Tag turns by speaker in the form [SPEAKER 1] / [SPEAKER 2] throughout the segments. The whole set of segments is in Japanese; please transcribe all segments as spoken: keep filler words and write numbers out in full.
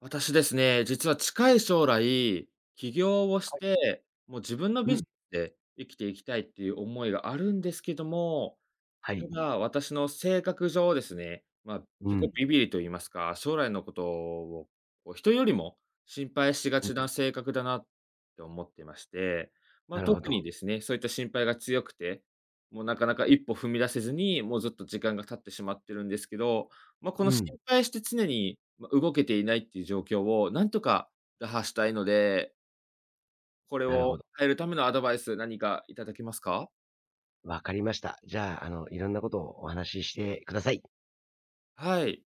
[SPEAKER 1] 私ですね、実は近い将来、起業をして、もう自分の
[SPEAKER 2] う
[SPEAKER 1] ビジ
[SPEAKER 2] ん、
[SPEAKER 1] ネスで生きていきたいっていう思いがあるんですけども、
[SPEAKER 2] は
[SPEAKER 1] た
[SPEAKER 2] い。
[SPEAKER 1] だ、私の性格上ですね、まあ、
[SPEAKER 2] う
[SPEAKER 1] 結構
[SPEAKER 2] ん、
[SPEAKER 1] ビビリと言いますか、将来のことを、こう人よりも心配しが
[SPEAKER 2] うん、
[SPEAKER 1] ちな性格だなって思ってまして、まあ、
[SPEAKER 2] なるほ
[SPEAKER 1] 特に
[SPEAKER 2] ど。
[SPEAKER 1] ですね、そういった心配が強くて、もうなかなか一歩踏み出せずに、もうずっと時間が経ってしまってるんですけど、まあ、この
[SPEAKER 2] う
[SPEAKER 1] 心
[SPEAKER 2] ん、
[SPEAKER 1] 配して常に、ま、動けていないっていう状況をなんとか打破したいので、これ
[SPEAKER 2] なる
[SPEAKER 1] を
[SPEAKER 2] ほど。
[SPEAKER 1] 変えるためのアドバイス、何かいただけますか？
[SPEAKER 2] わかりました。じゃあ、あの、いろんなことをお話ししてください。
[SPEAKER 1] はい。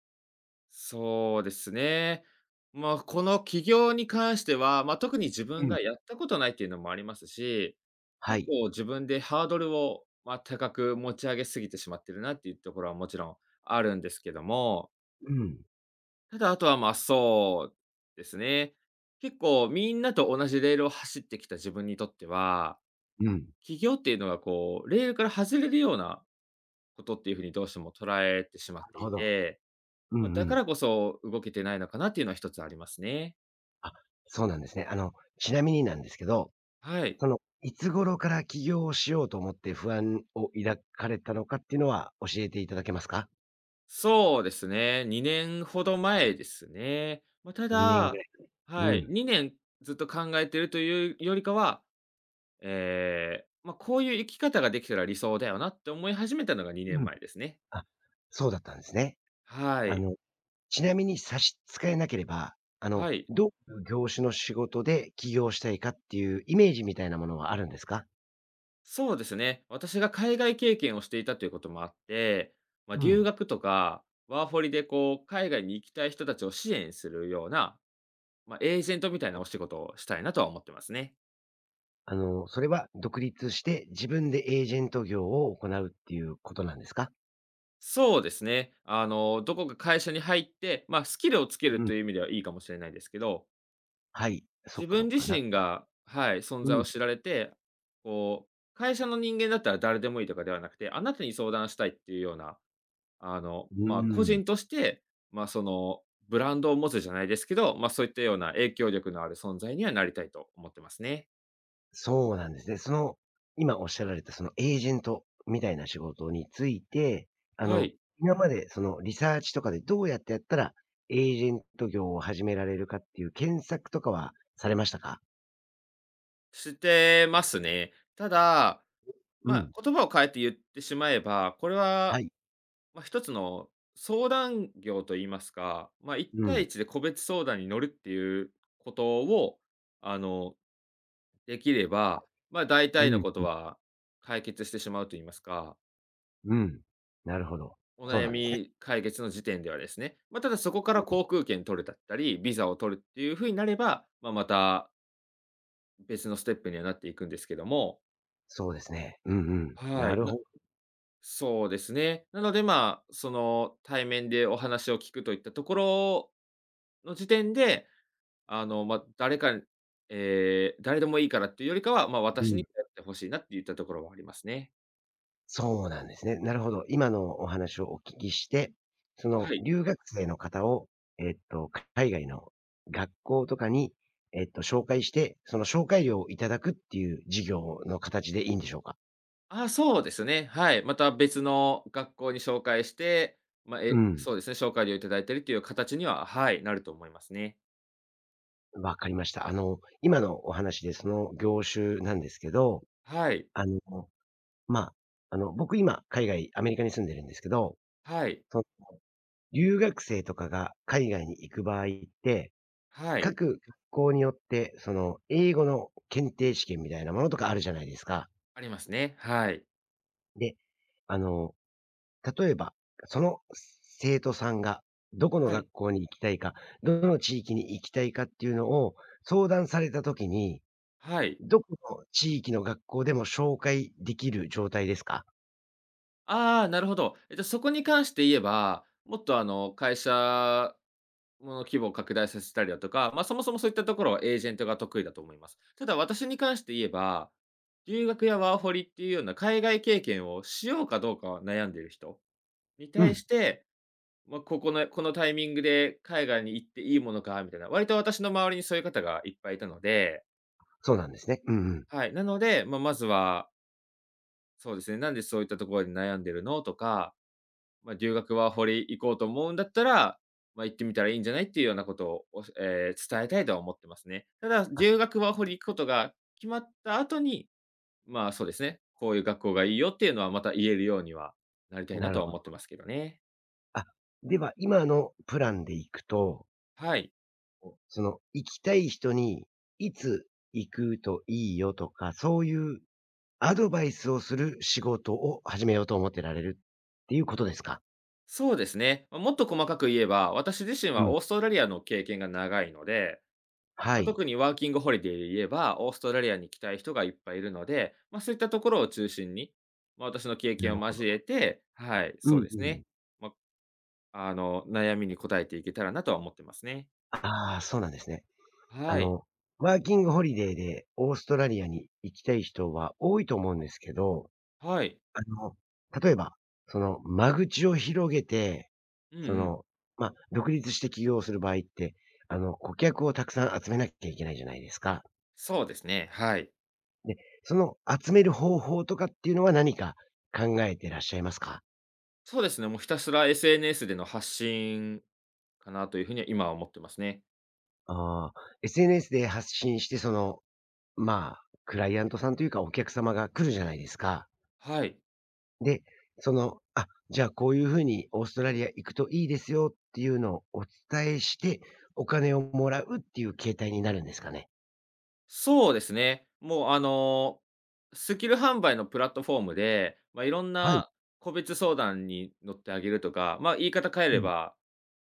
[SPEAKER 1] そうですね。まあ、この起業に関しては、まあ、特に自
[SPEAKER 2] う
[SPEAKER 1] 分
[SPEAKER 2] ん、
[SPEAKER 1] がやったことないっていうのもありますし、
[SPEAKER 2] は
[SPEAKER 1] 結
[SPEAKER 2] い。
[SPEAKER 1] 構自分でハードルを、まあ、高く持ち上げすぎてしまってるなっていうところはもちろんあるんですけども、
[SPEAKER 2] うん、
[SPEAKER 1] ただあとは、ま、そうですね。結構みんなと同じレールを走ってきた自分にとっては、
[SPEAKER 2] うん、なる
[SPEAKER 1] 起業っていうのがこう、レールから外れるようなことっていうふうにどうしても捉えてしまってい
[SPEAKER 2] ほど。
[SPEAKER 1] て、
[SPEAKER 2] う
[SPEAKER 1] まあ、だ
[SPEAKER 2] んう
[SPEAKER 1] か
[SPEAKER 2] ん。
[SPEAKER 1] らこそ動けてないのかなっていうのは一つありますね。
[SPEAKER 2] あ、そうなんですね。あの、ちなみになんですけど、
[SPEAKER 1] はい。
[SPEAKER 2] その、いつ頃から起業をしようと思って不安を抱かれたのかっていうのは教えていただけますか
[SPEAKER 1] そうですね、にねんほど前ですね。まあ、た
[SPEAKER 2] ？にねんぐ
[SPEAKER 1] だ、
[SPEAKER 2] らい。う
[SPEAKER 1] はい、
[SPEAKER 2] ん。
[SPEAKER 1] にねんずっと考えてるというよりかは、ええ、まあ、こういう生き方ができたら理想だよなって思い始めたのが2
[SPEAKER 2] うん。
[SPEAKER 1] 年前ですね。
[SPEAKER 2] あ、そうだったんですね。
[SPEAKER 1] は
[SPEAKER 2] あ
[SPEAKER 1] い。
[SPEAKER 2] のちなみに差し支えなければ、あの、
[SPEAKER 1] はい。
[SPEAKER 2] どういう業種の仕事で起業したいかっていうイメージみたいなものはあるんですか？
[SPEAKER 1] そうですね、私が海外経験をしていたということもあって、まあ、
[SPEAKER 2] う
[SPEAKER 1] 留
[SPEAKER 2] ん。
[SPEAKER 1] 学とかワーホリでこう海外に行きたい人たちを支援するような、まあ、エージェントみたいなお仕事をしたいなとは思ってますね。
[SPEAKER 2] あの、それは独立して自分でエージェント業を行うっていうことなんですか？
[SPEAKER 1] そうですね。あの、どこか会社に入って、まあ、スキルをつけ
[SPEAKER 2] う
[SPEAKER 1] る
[SPEAKER 2] ん。
[SPEAKER 1] という意味ではいいかもしれないですけど、
[SPEAKER 2] はい、そ
[SPEAKER 1] 自
[SPEAKER 2] っかそ
[SPEAKER 1] 分
[SPEAKER 2] っか、
[SPEAKER 1] 自
[SPEAKER 2] な
[SPEAKER 1] 身が、はい、存
[SPEAKER 2] う
[SPEAKER 1] 在を
[SPEAKER 2] ん。
[SPEAKER 1] 知られて、こう、会社の人間だったら誰でもいいとかではなくて、あなたに相談したいっていうような、あの、
[SPEAKER 2] う
[SPEAKER 1] まあ、個
[SPEAKER 2] ーん。
[SPEAKER 1] 人として、まあ、その、ブランドを持つじゃないですけど、まあ、そういったような影響力のある存在にはなりたいと思ってますね。
[SPEAKER 2] そうなんですね。その、今おっしゃられたそのエージェントみたいな仕事について、あ
[SPEAKER 1] は
[SPEAKER 2] の、
[SPEAKER 1] い。
[SPEAKER 2] 今までそのリサーチとかでどうやってやったら、エージェント業を始められるかっていう検索とかはされましたか？
[SPEAKER 1] してますね。ただ、
[SPEAKER 2] う
[SPEAKER 1] ま、
[SPEAKER 2] ん。
[SPEAKER 1] あ言葉を変えて言ってしまえば、これ
[SPEAKER 2] は
[SPEAKER 1] は、
[SPEAKER 2] い。
[SPEAKER 1] まあ、一つの相談業と言いますか、ま、あ一
[SPEAKER 2] う
[SPEAKER 1] 対
[SPEAKER 2] ん。
[SPEAKER 1] 一で個別相談に乗るっていうことを、あの、できれば、まあ、大
[SPEAKER 2] う
[SPEAKER 1] 体の
[SPEAKER 2] ん。
[SPEAKER 1] ことは解決してしまうと言いますか、
[SPEAKER 2] うん。なるほど。
[SPEAKER 1] お
[SPEAKER 2] そう
[SPEAKER 1] 悩
[SPEAKER 2] なんですね。
[SPEAKER 1] み解決の時点ではですね。まあ、ただそこから航空券取るだったり、ビザを取るっていうふうになれば、まあ、また別のステップにはなっていくんですけども、
[SPEAKER 2] そうですね。うんうん。
[SPEAKER 1] は
[SPEAKER 2] な
[SPEAKER 1] い。
[SPEAKER 2] るほど。
[SPEAKER 1] そうですね。なので、まあ、その、対面でお話を聞くといったところの時点で、あの、まあ、誰かにえー誰でもいいからっていうよりかは、まあ、
[SPEAKER 2] う
[SPEAKER 1] 私に
[SPEAKER 2] ん。
[SPEAKER 1] やってほしいなっていったところはありますね。
[SPEAKER 2] そうなんですね。なるほど。今のお話をお聞きして、その
[SPEAKER 1] はい。
[SPEAKER 2] 留学生の方を、えっと、海外の学校とかに、えっと、紹介して、その紹介料をいただくっていう事業の形でいいんでしょうか？
[SPEAKER 1] あ、そうですね、はい。また別の学校に紹介して、まあ、
[SPEAKER 2] う
[SPEAKER 1] え
[SPEAKER 2] ん、
[SPEAKER 1] そうですね、紹介料いただいてるっていう形には、はい、なると思いますね。
[SPEAKER 2] わかりました。あの、今のお話でその業種なんですけど、
[SPEAKER 1] はい。
[SPEAKER 2] あの、まあ、あの、僕今海外、アメリカに住んでるんですけど、
[SPEAKER 1] はい。
[SPEAKER 2] その留学生とかが海外に行く場合って、
[SPEAKER 1] はい。
[SPEAKER 2] 各学校によって、その、英語の検定試験みたいなものとかあるじゃないですか。
[SPEAKER 1] ありますね。はい。
[SPEAKER 2] で、あの、例えば、その生徒さんがどこの
[SPEAKER 1] はい。
[SPEAKER 2] 学校に行きたいか、どの地域に行きたいかっていうのを相談されたときに、
[SPEAKER 1] はい。
[SPEAKER 2] どこの地域の学校でも紹介できる状態ですか？
[SPEAKER 1] ああ、なるほど。えっと、そこに関して言えば、もっと、あの、会社の規模を拡大させたりだとか、まあ、そもそもそういったところはエージェントが得意だと思います。ただ私に関して言えば、留学やワーホリっていうような海外経験をしようかどうかは悩んでいる人に
[SPEAKER 2] う
[SPEAKER 1] 対
[SPEAKER 2] ん、
[SPEAKER 1] して、まあ、ここのこのタイミングで海外に行っていいものかみたいな、割と私の周りにそういう方がいっぱいいたので、
[SPEAKER 2] そうなんですね。うんうん。
[SPEAKER 1] はい、なので、まあ、まずは、そうですね、なんでそういったところで悩んでるのとか、まあ、留学ワーホリ行こうと思うんだったら、まあ、行ってみたらいいんじゃないっていうようなことを、おしえー伝えたいとは思ってますね。ただ、
[SPEAKER 2] あ、
[SPEAKER 1] 留学ワーホリ行くことが決まった後に、まあ、そうですね、こういう学校がいいよっていうのはまた言えるようにはなりたい
[SPEAKER 2] な
[SPEAKER 1] なと
[SPEAKER 2] る
[SPEAKER 1] は
[SPEAKER 2] ほ
[SPEAKER 1] 思
[SPEAKER 2] ど。
[SPEAKER 1] ってますけどね。
[SPEAKER 2] あ、では、今のプランで行くと、
[SPEAKER 1] はい。
[SPEAKER 2] その、行きたい人に、いつ行くといいよとか、そういうアドバイスをする仕事を始めようと思ってられるっていうことですか？
[SPEAKER 1] そうですね。ま、もっと細かく言えば、私自身
[SPEAKER 2] う
[SPEAKER 1] は
[SPEAKER 2] ん。
[SPEAKER 1] オーストラリアの経験が長いので、ま
[SPEAKER 2] は
[SPEAKER 1] あ、
[SPEAKER 2] い。
[SPEAKER 1] 特にワーキングホリデーで言えば、オーストラリアに来たい人がいっぱいいるので、まあ、そういったところを中心に、まあ、私の経
[SPEAKER 2] な
[SPEAKER 1] 験
[SPEAKER 2] る
[SPEAKER 1] を
[SPEAKER 2] ほど。
[SPEAKER 1] 交えて、はい、
[SPEAKER 2] う
[SPEAKER 1] そう
[SPEAKER 2] ん
[SPEAKER 1] で
[SPEAKER 2] う
[SPEAKER 1] す
[SPEAKER 2] ん。
[SPEAKER 1] ね。まあ、あの、悩みに答えていけたらなとは思ってますね。
[SPEAKER 2] ああ、そうなんですね。あ
[SPEAKER 1] はい。
[SPEAKER 2] の、ワーキングホリデーでオーストラリアに行きたい人は多いと思うんですけど、
[SPEAKER 1] はい。
[SPEAKER 2] あの、例えば、その、間口を広げて、
[SPEAKER 1] うんう
[SPEAKER 2] そ
[SPEAKER 1] ん。
[SPEAKER 2] の、まあ、独立して起業する場合って、あの、顧客をたくさん集めなきゃいけないじゃないですか。
[SPEAKER 1] そうですね、はい。
[SPEAKER 2] で、その集める方法とかっていうのは何か考えてらっしゃいますか？
[SPEAKER 1] そうですね、もうひたすら エスエヌエス での発信かなというふうには今は思ってますね。
[SPEAKER 2] ああ、エスエヌエス で発信して、その、まあ、クライアントさんというか、お客様が来るじゃないですか。
[SPEAKER 1] はい。
[SPEAKER 2] で、その、あ、じゃあこういうふうにオーストラリア行くといいですよっていうのをお伝えして、お金をもらうっていう形態になるんですかね？
[SPEAKER 1] そうですね。もうあの、スキル販売のプラットフォームで、まあ、いろん
[SPEAKER 2] はい。
[SPEAKER 1] な個別相談に乗ってあげるとか、まあ、言い方変え
[SPEAKER 2] う
[SPEAKER 1] れ
[SPEAKER 2] ん。
[SPEAKER 1] ば、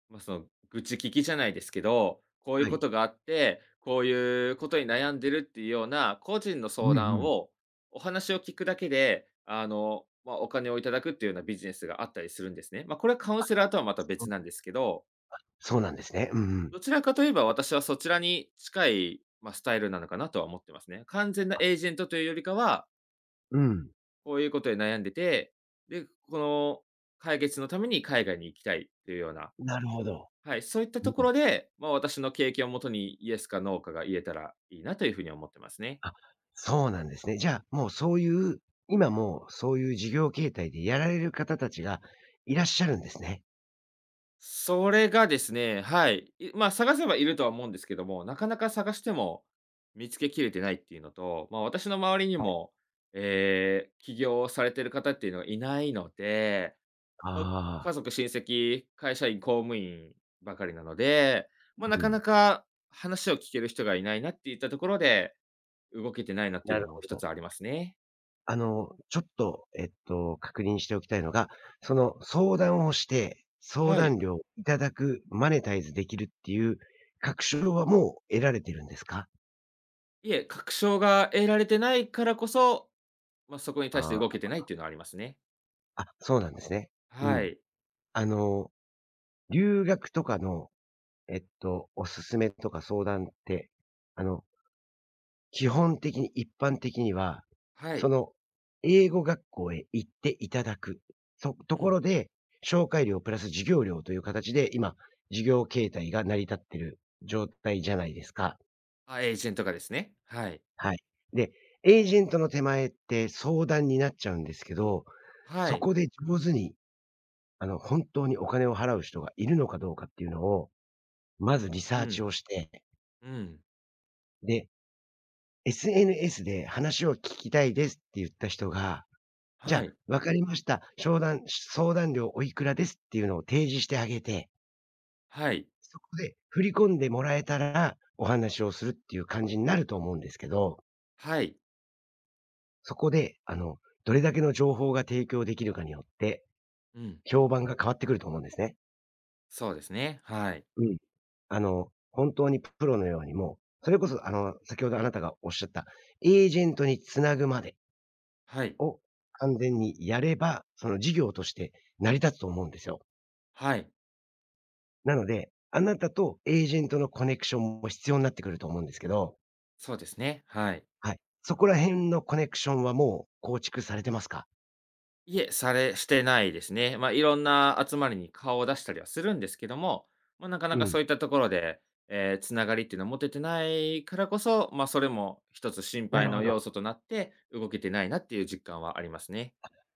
[SPEAKER 1] まあ、その愚痴聞きじゃないですけど、こういう
[SPEAKER 2] は
[SPEAKER 1] こ
[SPEAKER 2] い。
[SPEAKER 1] とがあって、こういうことに悩んでるっていうような個人の
[SPEAKER 2] う
[SPEAKER 1] 相
[SPEAKER 2] ん
[SPEAKER 1] 談
[SPEAKER 2] うん。
[SPEAKER 1] を、お話を聞くだけで、あの、まあ、お金をいただくっていうようなビジネスがあったりするんですね。まあ、これはカウンセラーとはまた別
[SPEAKER 2] う
[SPEAKER 1] なんですけど、
[SPEAKER 2] そうなんですね。うんうん。
[SPEAKER 1] どちらかといえば、私はそちらに近い、まあ、スタイルなのかなとは思ってますね。完全なエージェントというよりかは、
[SPEAKER 2] うん。
[SPEAKER 1] こういうことで悩んでて、で、この解決のために海外に行きたいというような、
[SPEAKER 2] なるほど。
[SPEAKER 1] はい、そういった
[SPEAKER 2] う
[SPEAKER 1] と
[SPEAKER 2] ん。
[SPEAKER 1] ころで、まあ、私の経験をもとにイエスかノーかが言えたらいいなというふうに思ってますね。
[SPEAKER 2] あ、そうなんですね。じゃあ、もうそういう、今もうそういう事業形態でやられる方たちがいらっしゃるんですね。
[SPEAKER 1] それがですね、はい。いまあ、探せばいるとは思うんですけども、なかなか探しても見つけきれてないっていうのと、まあ、私の周りに
[SPEAKER 2] はい。
[SPEAKER 1] も、えー起業をされてる方っていうのがいないので、
[SPEAKER 2] あ
[SPEAKER 1] まあ、
[SPEAKER 2] あ、
[SPEAKER 1] 家族、親戚、会社員、公務員ばかりなので、まあ、な
[SPEAKER 2] う
[SPEAKER 1] か
[SPEAKER 2] ん、
[SPEAKER 1] なか話を聞ける人がいないなっていったところで、動けてないなっていう
[SPEAKER 2] な
[SPEAKER 1] の
[SPEAKER 2] る
[SPEAKER 1] も
[SPEAKER 2] ほ
[SPEAKER 1] 一
[SPEAKER 2] ど。
[SPEAKER 1] つありますね。
[SPEAKER 2] あの、ちょっと、えっと、確認しておきたいのが、その相談をして、相
[SPEAKER 1] は
[SPEAKER 2] 談
[SPEAKER 1] い。
[SPEAKER 2] 料をいただく、マネタイズできるっていう確証はもう得られてるんですか？
[SPEAKER 1] いえ、確証が得られてないからこそ、まあ、そこに対して
[SPEAKER 2] あ
[SPEAKER 1] 動けてな
[SPEAKER 2] あ、
[SPEAKER 1] いっていうのはありますね。
[SPEAKER 2] あ、そうなんですね。う
[SPEAKER 1] は
[SPEAKER 2] ん。
[SPEAKER 1] い。
[SPEAKER 2] あの、留学とかの、えっと、おすすめとか相談って、あの基本的に、一般的には、
[SPEAKER 1] は
[SPEAKER 2] そ
[SPEAKER 1] い。
[SPEAKER 2] の、英語学校へ行っていただく、そと
[SPEAKER 1] う
[SPEAKER 2] こ
[SPEAKER 1] ん。
[SPEAKER 2] ろで、紹介料プラス授業料という形で、今、事業形態が成り立ってる状態じゃないですか。
[SPEAKER 1] あ、エージェントがですね。はい。
[SPEAKER 2] はい。で、エージェントの手前って相談になっちゃうんですけど、
[SPEAKER 1] は
[SPEAKER 2] そ
[SPEAKER 1] い。
[SPEAKER 2] こで上手に、あの、本当にお金を払う人がいるのかどうかっていうのを、まずリサ
[SPEAKER 1] う
[SPEAKER 2] ーチ
[SPEAKER 1] ん。
[SPEAKER 2] をして、
[SPEAKER 1] うん。
[SPEAKER 2] で、エスエヌエス で話を聞きたいですって言った人が、じゃ
[SPEAKER 1] は
[SPEAKER 2] あ、
[SPEAKER 1] い。
[SPEAKER 2] わかりました。商談相談料おいくらですっていうのを提示してあげて、
[SPEAKER 1] はい。
[SPEAKER 2] そこで振り込んでもらえたら、お話をするっていう感じになると思うんですけど、
[SPEAKER 1] はい。
[SPEAKER 2] そこで、あの、どれだけの情報が提供できるかによって、
[SPEAKER 1] うん。
[SPEAKER 2] 評判が変わってくると思うんですね。
[SPEAKER 1] そうですね。はい。
[SPEAKER 2] うん。あの、本当にプロのようにもう、それこそあの、先ほどあなたがおっしゃった、エージェントに繋ぐまで
[SPEAKER 1] はい。
[SPEAKER 2] を完全にやれば、その事業として成り立つと思うんですよ。
[SPEAKER 1] はい。
[SPEAKER 2] なので、あなたとエージェントのコネクションも必要になってくると思うんですけど、
[SPEAKER 1] そうですね。はい。
[SPEAKER 2] はい。そこら辺のコネクションはもう構築されてますか？
[SPEAKER 1] いえ、されしてないですね。ま、あ、いろんな集まりに顔を出したりはするんですけども、まあ、なかな
[SPEAKER 2] う
[SPEAKER 1] かそ
[SPEAKER 2] ん。
[SPEAKER 1] ういったところで、えーつながりっていうのを持ててないからこそ、ま、あそれも一つ心
[SPEAKER 2] な
[SPEAKER 1] 配
[SPEAKER 2] るほ
[SPEAKER 1] の要
[SPEAKER 2] ど。
[SPEAKER 1] 素となって、動けてないなっていう実感はありますね。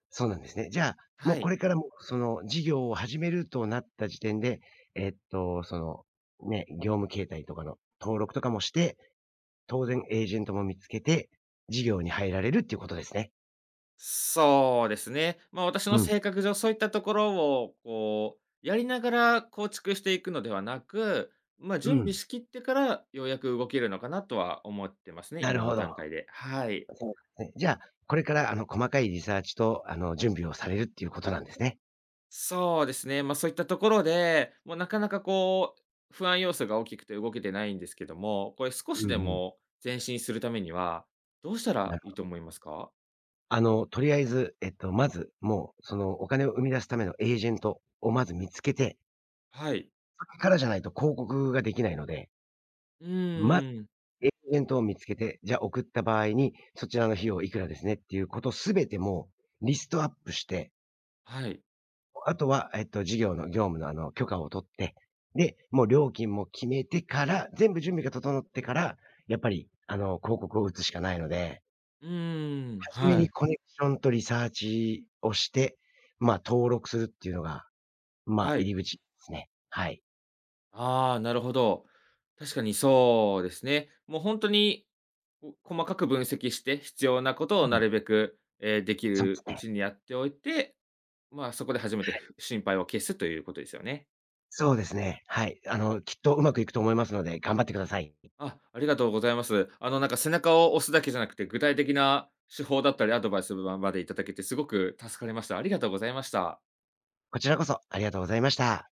[SPEAKER 2] そうなんですね。じゃあ、も
[SPEAKER 1] は
[SPEAKER 2] うこ
[SPEAKER 1] い。
[SPEAKER 2] れからも、その事業を始めるとなった時点で、えっと、その、ね、業務形態とかの登録とかもして、当然エージェントも見つけて、事業に入られるっていうことですね。
[SPEAKER 1] そうですね。まあ、私
[SPEAKER 2] う
[SPEAKER 1] の
[SPEAKER 2] ん。
[SPEAKER 1] 性格上、そういったところを、こう、やりながら構築していくのではなく、まあ、
[SPEAKER 2] う
[SPEAKER 1] 準備
[SPEAKER 2] ん。
[SPEAKER 1] しきってから、ようやく動けるのかなとは思ってますね、
[SPEAKER 2] な
[SPEAKER 1] 今
[SPEAKER 2] る
[SPEAKER 1] の
[SPEAKER 2] ほど。
[SPEAKER 1] 段階で。はい。
[SPEAKER 2] そうですね。じゃあ、これからあの細かいリサーチとあの準備をされるっていうことなんですね。
[SPEAKER 1] そうですね。まあ、そういったところで、もうなかなかこう、不安要素が大きくて動けてないんですけども、これ少
[SPEAKER 2] う
[SPEAKER 1] しで
[SPEAKER 2] んうん。
[SPEAKER 1] も前進するためには、どうした
[SPEAKER 2] な
[SPEAKER 1] ら
[SPEAKER 2] る
[SPEAKER 1] いい
[SPEAKER 2] ほ
[SPEAKER 1] と
[SPEAKER 2] ど。
[SPEAKER 1] 思いますか？
[SPEAKER 2] あの、とりあえず、えっと、まず、もう、その、お金を生み出すためのエージェントをまず見つけて、
[SPEAKER 1] はい。
[SPEAKER 2] そこからじゃないと広告ができないので、
[SPEAKER 1] う
[SPEAKER 2] まず
[SPEAKER 1] ーん。
[SPEAKER 2] エージェントを見つけて、じゃあ送った場合に、そちらの費用いくらですねっていうことすべてもうリストアップして、
[SPEAKER 1] はい。
[SPEAKER 2] あとは、えっと、事業の業務の、あの、許可を取って、で、もう料金も決めてから、全部準備が整ってから、やっぱり、あの、広告を打つしかないので、
[SPEAKER 1] うーん。
[SPEAKER 2] 初め
[SPEAKER 1] は
[SPEAKER 2] に
[SPEAKER 1] い。
[SPEAKER 2] コネクションとリサーチをして、まあ、登録するっていうのが、まあ、
[SPEAKER 1] はい。
[SPEAKER 2] 入り口ですね。はい。
[SPEAKER 1] ああ、なるほど。確かにそうですね。もう本当に、こ細かく分析して、必要なこと
[SPEAKER 2] う
[SPEAKER 1] をな
[SPEAKER 2] ん。
[SPEAKER 1] るべく、えーでき
[SPEAKER 2] そうで
[SPEAKER 1] る
[SPEAKER 2] す
[SPEAKER 1] う
[SPEAKER 2] ね。
[SPEAKER 1] ちにやっておいて、まあ、そこで初めてふ心配を消すということですよね。
[SPEAKER 2] そうですね。はい。あの、きっとうまくいくと思いますので、頑張ってください。
[SPEAKER 1] あ、ありがとうございます。あの、なんか背中を押すだけじゃなくて、具体的な手法だったりアドバイスままでいただけてすごく助かりました。ありがとうございました。
[SPEAKER 2] こちらこそありがとうございました。